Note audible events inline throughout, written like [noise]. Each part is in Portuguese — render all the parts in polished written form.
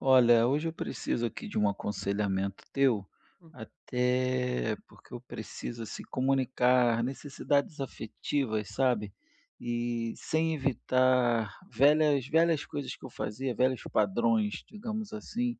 Olha, hoje eu preciso aqui de um aconselhamento teu, Hum, até porque eu preciso assim comunicar necessidades afetivas, sabe? E sem evitar velhas coisas que eu fazia, velhos padrões, digamos assim,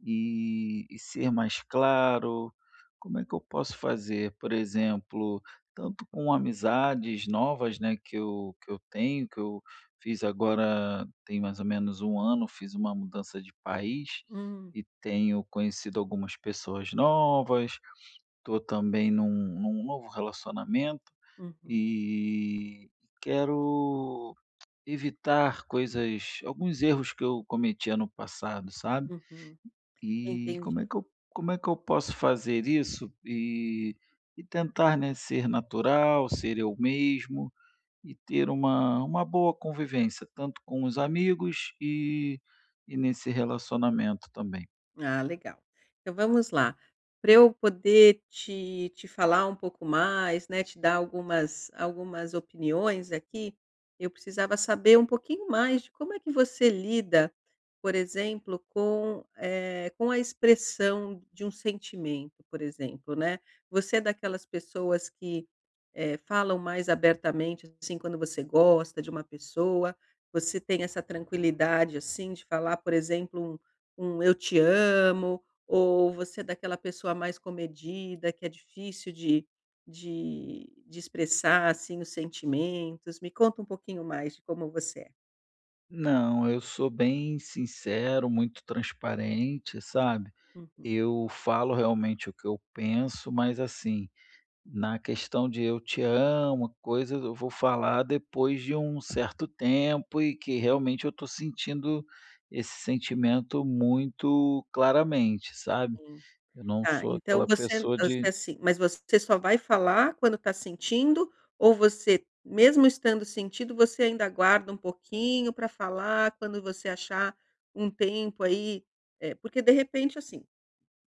e ser mais claro? Como é que eu posso fazer? Por exemplo, tanto com amizades novas, né, que eu tenho, que eu fiz agora tem mais ou menos um ano, fiz uma mudança de país hum, e tenho conhecido algumas pessoas novas, estou também num novo relacionamento uhum, e quero evitar coisas alguns erros que eu cometia no passado, sabe? uhum. E Entendi. como é que eu Como é que eu posso fazer isso e tentar, né, ser natural, ser eu mesmo e ter uma boa convivência, tanto com os amigos e nesse relacionamento também? Ah, legal. Então vamos lá. Para eu poder te falar um pouco mais, né, te dar algumas opiniões aqui, eu precisava saber um pouquinho mais de como é que você lida, por exemplo, com, com a expressão de um sentimento, por exemplo, né? Você é daquelas pessoas que, falam mais abertamente, assim, quando você gosta de uma pessoa? Você tem essa tranquilidade, assim, de falar, por exemplo, um "eu te amo", ou você é daquela pessoa mais comedida, que é difícil de expressar, assim, os sentimentos? Me conta um pouquinho mais de como você é. Não, eu sou bem sincero, muito transparente, sabe? Uhum. Eu falo realmente o que eu penso, mas assim, na questão de "eu te amo", coisas eu vou falar depois de um certo tempo e que realmente eu estou sentindo esse sentimento muito claramente, sabe. Sim. Eu não Tá, sou então aquela você pessoa você, é de. assim, mas você só vai falar quando está sentindo, ou você, mesmo estando sentindo, você ainda guarda um pouquinho para falar quando você achar um tempo aí? Porque de repente, assim,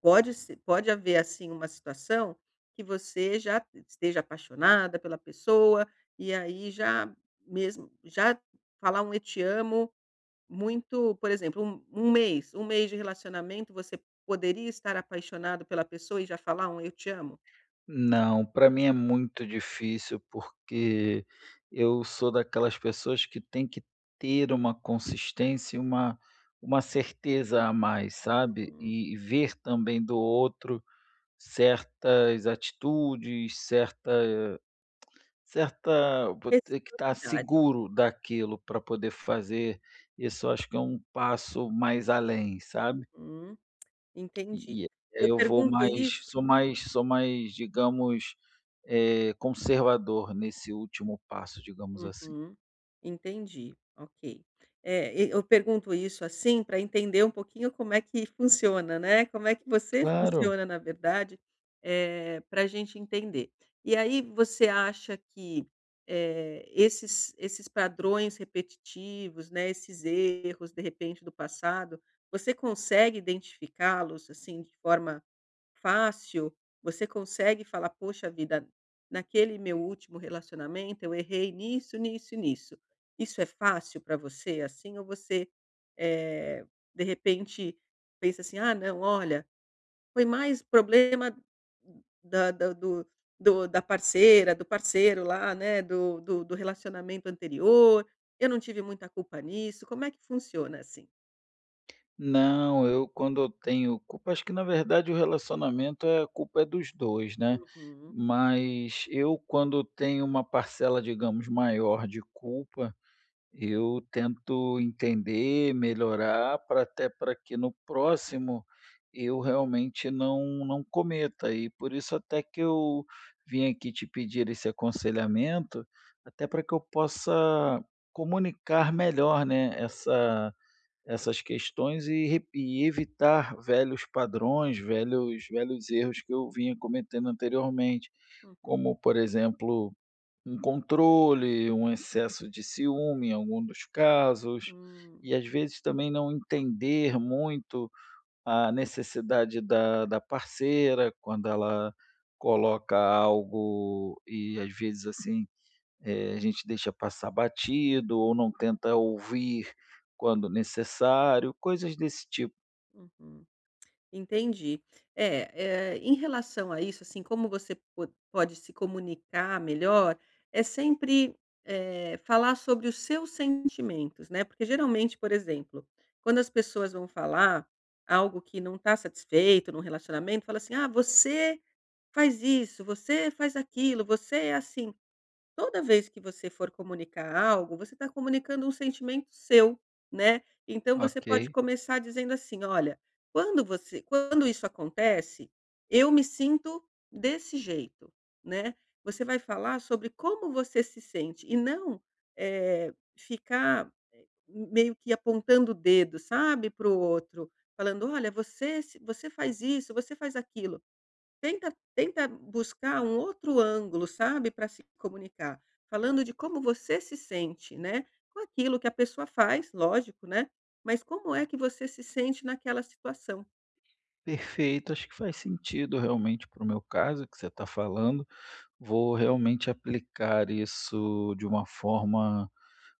Pode se pode haver, assim, uma situação que você já esteja apaixonada pela pessoa, e aí já mesmo já falar um "eu te amo" muito, por exemplo, um mês, um mês de relacionamento, você poderia estar apaixonado pela pessoa e já falar um "eu te amo"? Não, para mim é muito difícil, porque eu sou daquelas pessoas que tem que ter uma consistência e uma certeza a mais, sabe. Uhum. E ver também do outro certas atitudes, certa. Vou ter que estar Reciprocidade. seguro daquilo para poder fazer. Isso eu acho que é um passo mais além, sabe. Uhum, entendi. E e aí Eu eu vou pergunto mais, isso. sou mais, digamos, conservador nesse último passo, digamos assim. Uhum. Entendi, ok. É, e eu pergunto isso, assim, para entender um pouquinho como é que [laughs] funciona, né, como é que você Claro. funciona, na verdade, para a gente entender. E aí você acha que, esses padrões repetitivos, né, esses erros, de repente, do passado, você consegue identificá-los, assim, de forma fácil, você consegue falar: "Poxa vida, naquele meu último relacionamento eu errei nisso, nisso e nisso". Isso é fácil para você, assim, ou você, eh, de repente pensa assim: "Ah não, olha, foi mais problema da da do do da parceira, do parceiro lá, né, do relacionamento anterior, eu não tive muita culpa nisso". Como é que funciona assim? Não, eu quando eu tenho culpa, acho que na verdade o relacionamento é, a culpa é dos 2, né. Uhum, Mas eu quando tenho uma parcela, digamos, maior de culpa, eu tento entender, melhorar para, até para que no próximo eu realmente não cometa. E por isso até que eu vim aqui te pedir esse aconselhamento, até para que eu possa comunicar melhor, né, essas questões e re e evitar velhos padrões, velhos erros que eu vinha cometendo anteriormente, uhum. como, por exemplo, um controle, um excesso de ciúme em algum dos casos, Hum, e às vezes também não entender muito a necessidade da parceira quando ela coloca algo e às vezes, assim, a gente deixa passar batido ou não tenta ouvir quando necessário, coisas desse tipo. uhum. Entendi. É, em relação a isso, assim, como você po pode se comunicar melhor, é sempre, falar sobre os seus sentimentos, né, porque geralmente, por exemplo, quando as pessoas vão falar algo que não está satisfeito num relacionamento, fala assim: "Ah, você faz isso, você faz aquilo, você é assim". Toda vez que você for comunicar algo, você está comunicando um sentimento seu, né. Então você Ok, pode começar dizendo assim: "Olha, quando isso acontece, eu me sinto desse jeito", né. Você vai falar sobre como você se sente e não, ficar, meio que apontando o dedo, sabe, para o outro, falando: "Olha, você se você faz isso, você faz aquilo". Tenta buscar um outro ângulo, sabe, para se comunicar, falando de como você se sente, né, com aquilo que a pessoa faz, lógico, né, mas como é que você se sente naquela situação. perfeito. Acho que faz sentido realmente para o meu caso que você está falando. Vou realmente aplicar isso de uma forma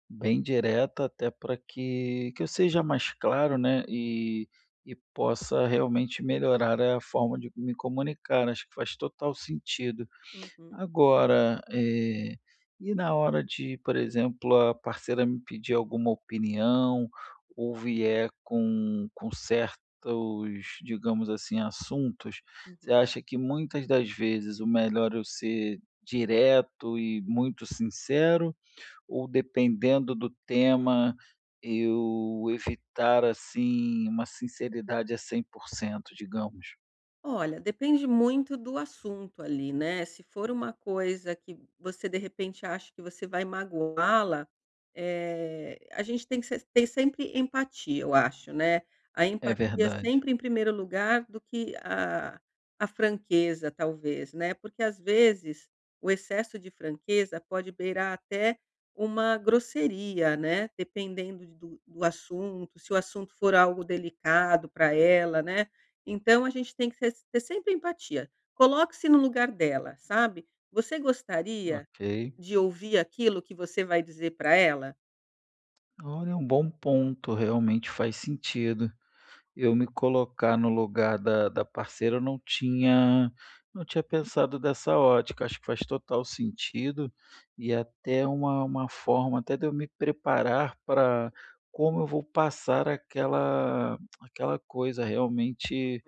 bem direta, até para que eu seja mais claro, né? E possa realmente melhorar a forma de me comunicar. Acho que faz total sentido. Uhum, Agora, e na hora de, por exemplo, a parceira me pedir alguma opinião ou vier com certos, digamos assim, assuntos, você uhum. acha que muitas das vezes o melhor é eu ser direto e muito sincero, ou dependendo do tema, eu evitar, assim, uma sinceridade a 100%, digamos? Olha, depende muito do assunto ali, né. Se for uma coisa que você de repente acha que você vai magoá-la, a gente tem que ser ter sempre empatia, eu acho, né. A É empatia verdade, sempre em primeiro lugar do que a franqueza talvez, né. Porque às vezes o excesso de franqueza pode beirar até uma grosseria, né, dependendo do assunto, se o assunto for algo delicado para ela, né. Então a gente tem que ter sempre empatia. Coloque-se no lugar dela, sabe. Você gostaria ok. de ouvir aquilo que você vai dizer para ela? Olha, é um bom ponto, realmente faz sentido. Eu me colocar no lugar da parceira, eu não tinha pensado dessa ótica, acho que faz total sentido, e até uma forma até de eu me preparar para como eu vou passar aquela coisa, realmente,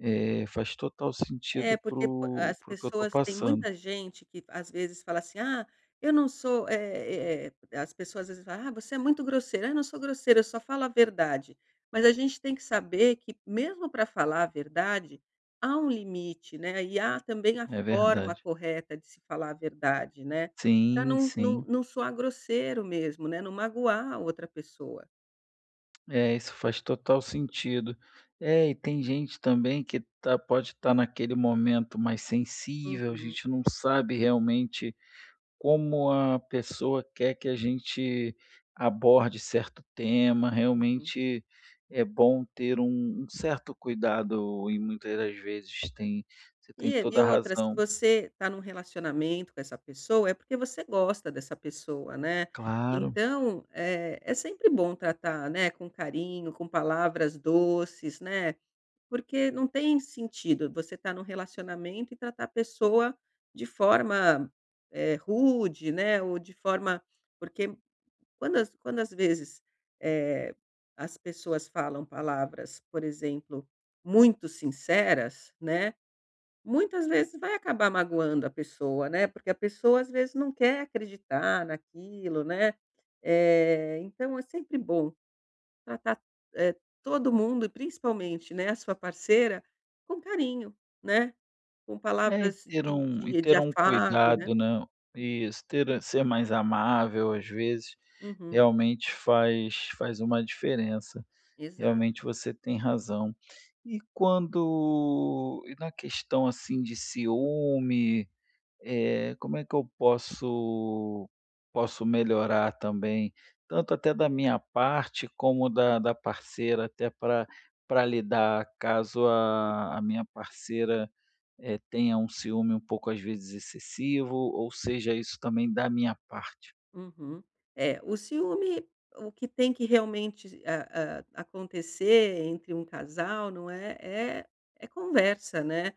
faz total É, sentido para porque po o as que eu estou pessoas tem passando. muita gente que às vezes fala assim: "Ah, eu não sou", as pessoas às vezes falam: "Ah, você é muito grosseira". "Ah, eu não sou grosseira, eu só falo a verdade". Mas a gente tem que saber que mesmo para falar a verdade, há um limite, né, e há também a É forma verdade. correta de se falar a verdade, né, para Sim, não não sim. não soar grosseiro mesmo, né, não magoar a outra pessoa. É, isso faz total sentido. É, e tem gente também que tá, pode estar naquele momento mais sensível, a Uhum, gente não sabe realmente como a pessoa quer que a gente aborde certo tema. uhum. Realmente é bom ter um certo cuidado e muitas das vezes tem você tem E toda a outra, se razão. você está num relacionamento com essa pessoa, é porque você gosta dessa pessoa, né. Claro. Então, é sempre bom tratar, né, com carinho, com palavras doces, né, porque não tem sentido você tá num relacionamento e tratar a pessoa de forma, rude, né, ou de forma, porque quando às vezes, eh, as pessoas falam palavras, por exemplo, muito sinceras, né. Muitas vezes vai acabar magoando a pessoa, né, porque a pessoa às vezes não quer acreditar naquilo, né, então é sempre bom tratar, eh, todo mundo e principalmente, né, a sua parceira com carinho, né, com É, palavras de e de de ter um afago, né. cuidado, né. e ter ser mais amável, às vezes, Uhum, realmente faz uma diferença. exato. Realmente você tem razão. E quando e na questão, assim, de ciúme, como é que eu posso melhorar também, tanto até da minha parte como da parceira, até para lidar caso a minha parceira tenha um ciúme um pouco às vezes excessivo, ou seja isso também da minha parte. Uhum. É, o ciúme, o que tem que realmente a acontecer entre um casal, não é, é é conversa, né.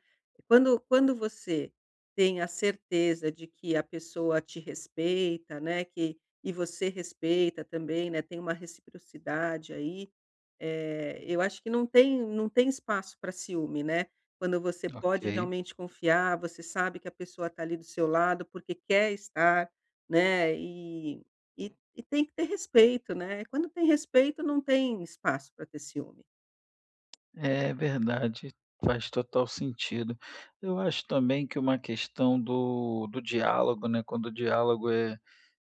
Quando você tem a certeza de que a pessoa te respeita, né, que e você respeita também, né, tem uma reciprocidade aí, eu acho que não tem espaço para ciúme, né. Quando você pode Ok. realmente confiar, você sabe que a pessoa está ali do seu lado porque quer estar, né, e tem que ter respeito, né, quando tem respeito não tem espaço para ter ciúme. É verdade, faz total sentido. Eu acho também que uma questão do diálogo, né? Quando o diálogo é,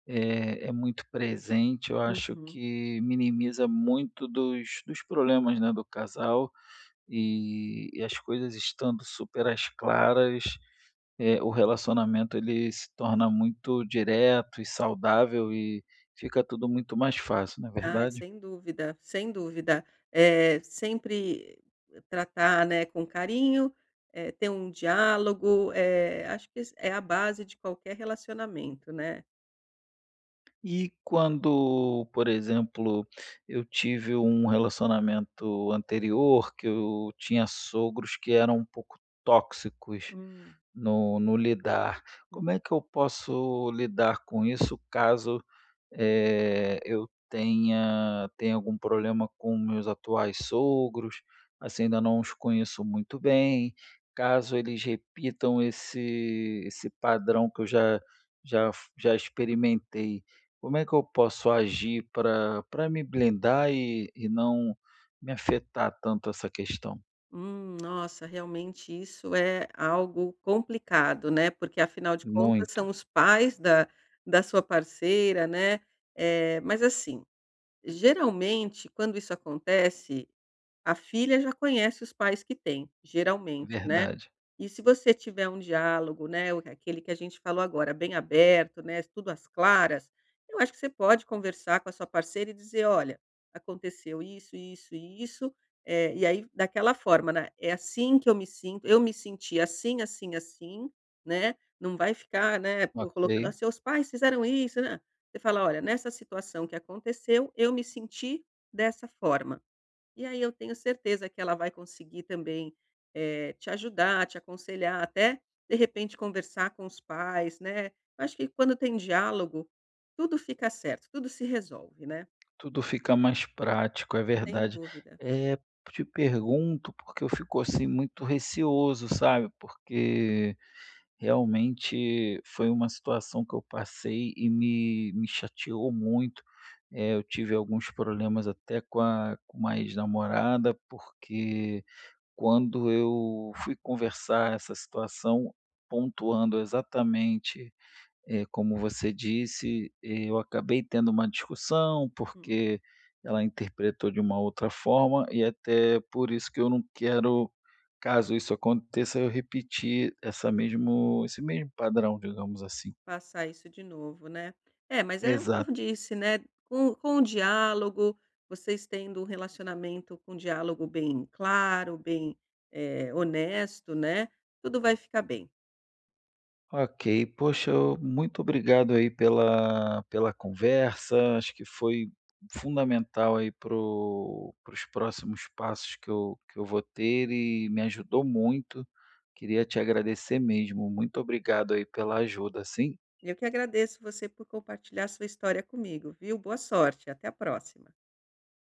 é, é muito presente, eu acho Uhum. que minimiza muito dos problemas, né, do casal e as coisas estando super às claras. O relacionamento ele se torna muito direto e saudável e fica tudo muito mais fácil, não é Ai, verdade? sem dúvida, sem dúvida. É sempre tratar, né, com carinho, ter um diálogo, é acho que isso é a base de qualquer relacionamento, né. E quando, por exemplo, eu tive um relacionamento anterior que eu tinha sogros que eram um pouco tóxicos Hum. No lidar, Hum. como é que eu posso lidar com isso caso eu tenha algum problema com meus atuais sogros, assim, ainda não os conheço muito bem. Caso eles repitam esse padrão que eu já experimentei, como é que eu posso agir para me blindar e não me afetar tanto essa questão? Nossa, realmente isso é algo complicado, né, porque afinal de contas Muito, são os pais da sua parceira, né, é, mas assim, geralmente, quando isso acontece, a filha já conhece os pais que tem, geralmente, né. verdade. E se você tiver um diálogo, né, o aquele que a gente falou agora, bem aberto, né, tudo às claras, eu acho que você pode conversar com a sua parceira e dizer: "Olha, aconteceu isso, isso e isso", e aí daquela forma, né, "É assim que eu me sinto, eu me senti assim, assim, assim", né, não vai ficar, né, pô, colocando: Ok. "Ah, seus pais fizeram isso, né". Você fala: "Olha, nessa situação que aconteceu, eu me senti dessa forma". E aí eu tenho certeza que ela vai conseguir também, te ajudar, te aconselhar, até de repente conversar com os pais, né. Acho que quando tem diálogo, tudo fica certo, tudo se resolve, né, Tudo fica mais prático, é sem verdade. dúvida. É, te pergunto porque eu fico, assim, muito receoso, sabe, porque realmente foi uma situação que eu passei e me chateou muito. Eu tive alguns problemas até com a com uma ex-namorada, porque quando eu fui conversar essa situação, pontuando exatamente como você disse, eu acabei tendo uma discussão, Hum, porque ela interpretou de uma outra forma, e até por isso que eu não quero, caso isso aconteça, eu repetir essa mesmo esse mesmo padrão, digamos assim. passar isso de novo, né. É, mas é o que Exato. eu disse, né, com o diálogo, vocês tendo um relacionamento com diálogo bem claro, bem, honesto, né, tudo vai ficar bem. Ok, poxa, muito obrigado aí pela, pela conversa. Acho que foi fundamental aí para os próximos passos que eu vou ter e me ajudou muito. Queria te agradecer mesmo. Muito obrigado aí pela ajuda, sim. Eu que agradeço você por compartilhar sua história comigo, viu? Boa sorte, até a próxima.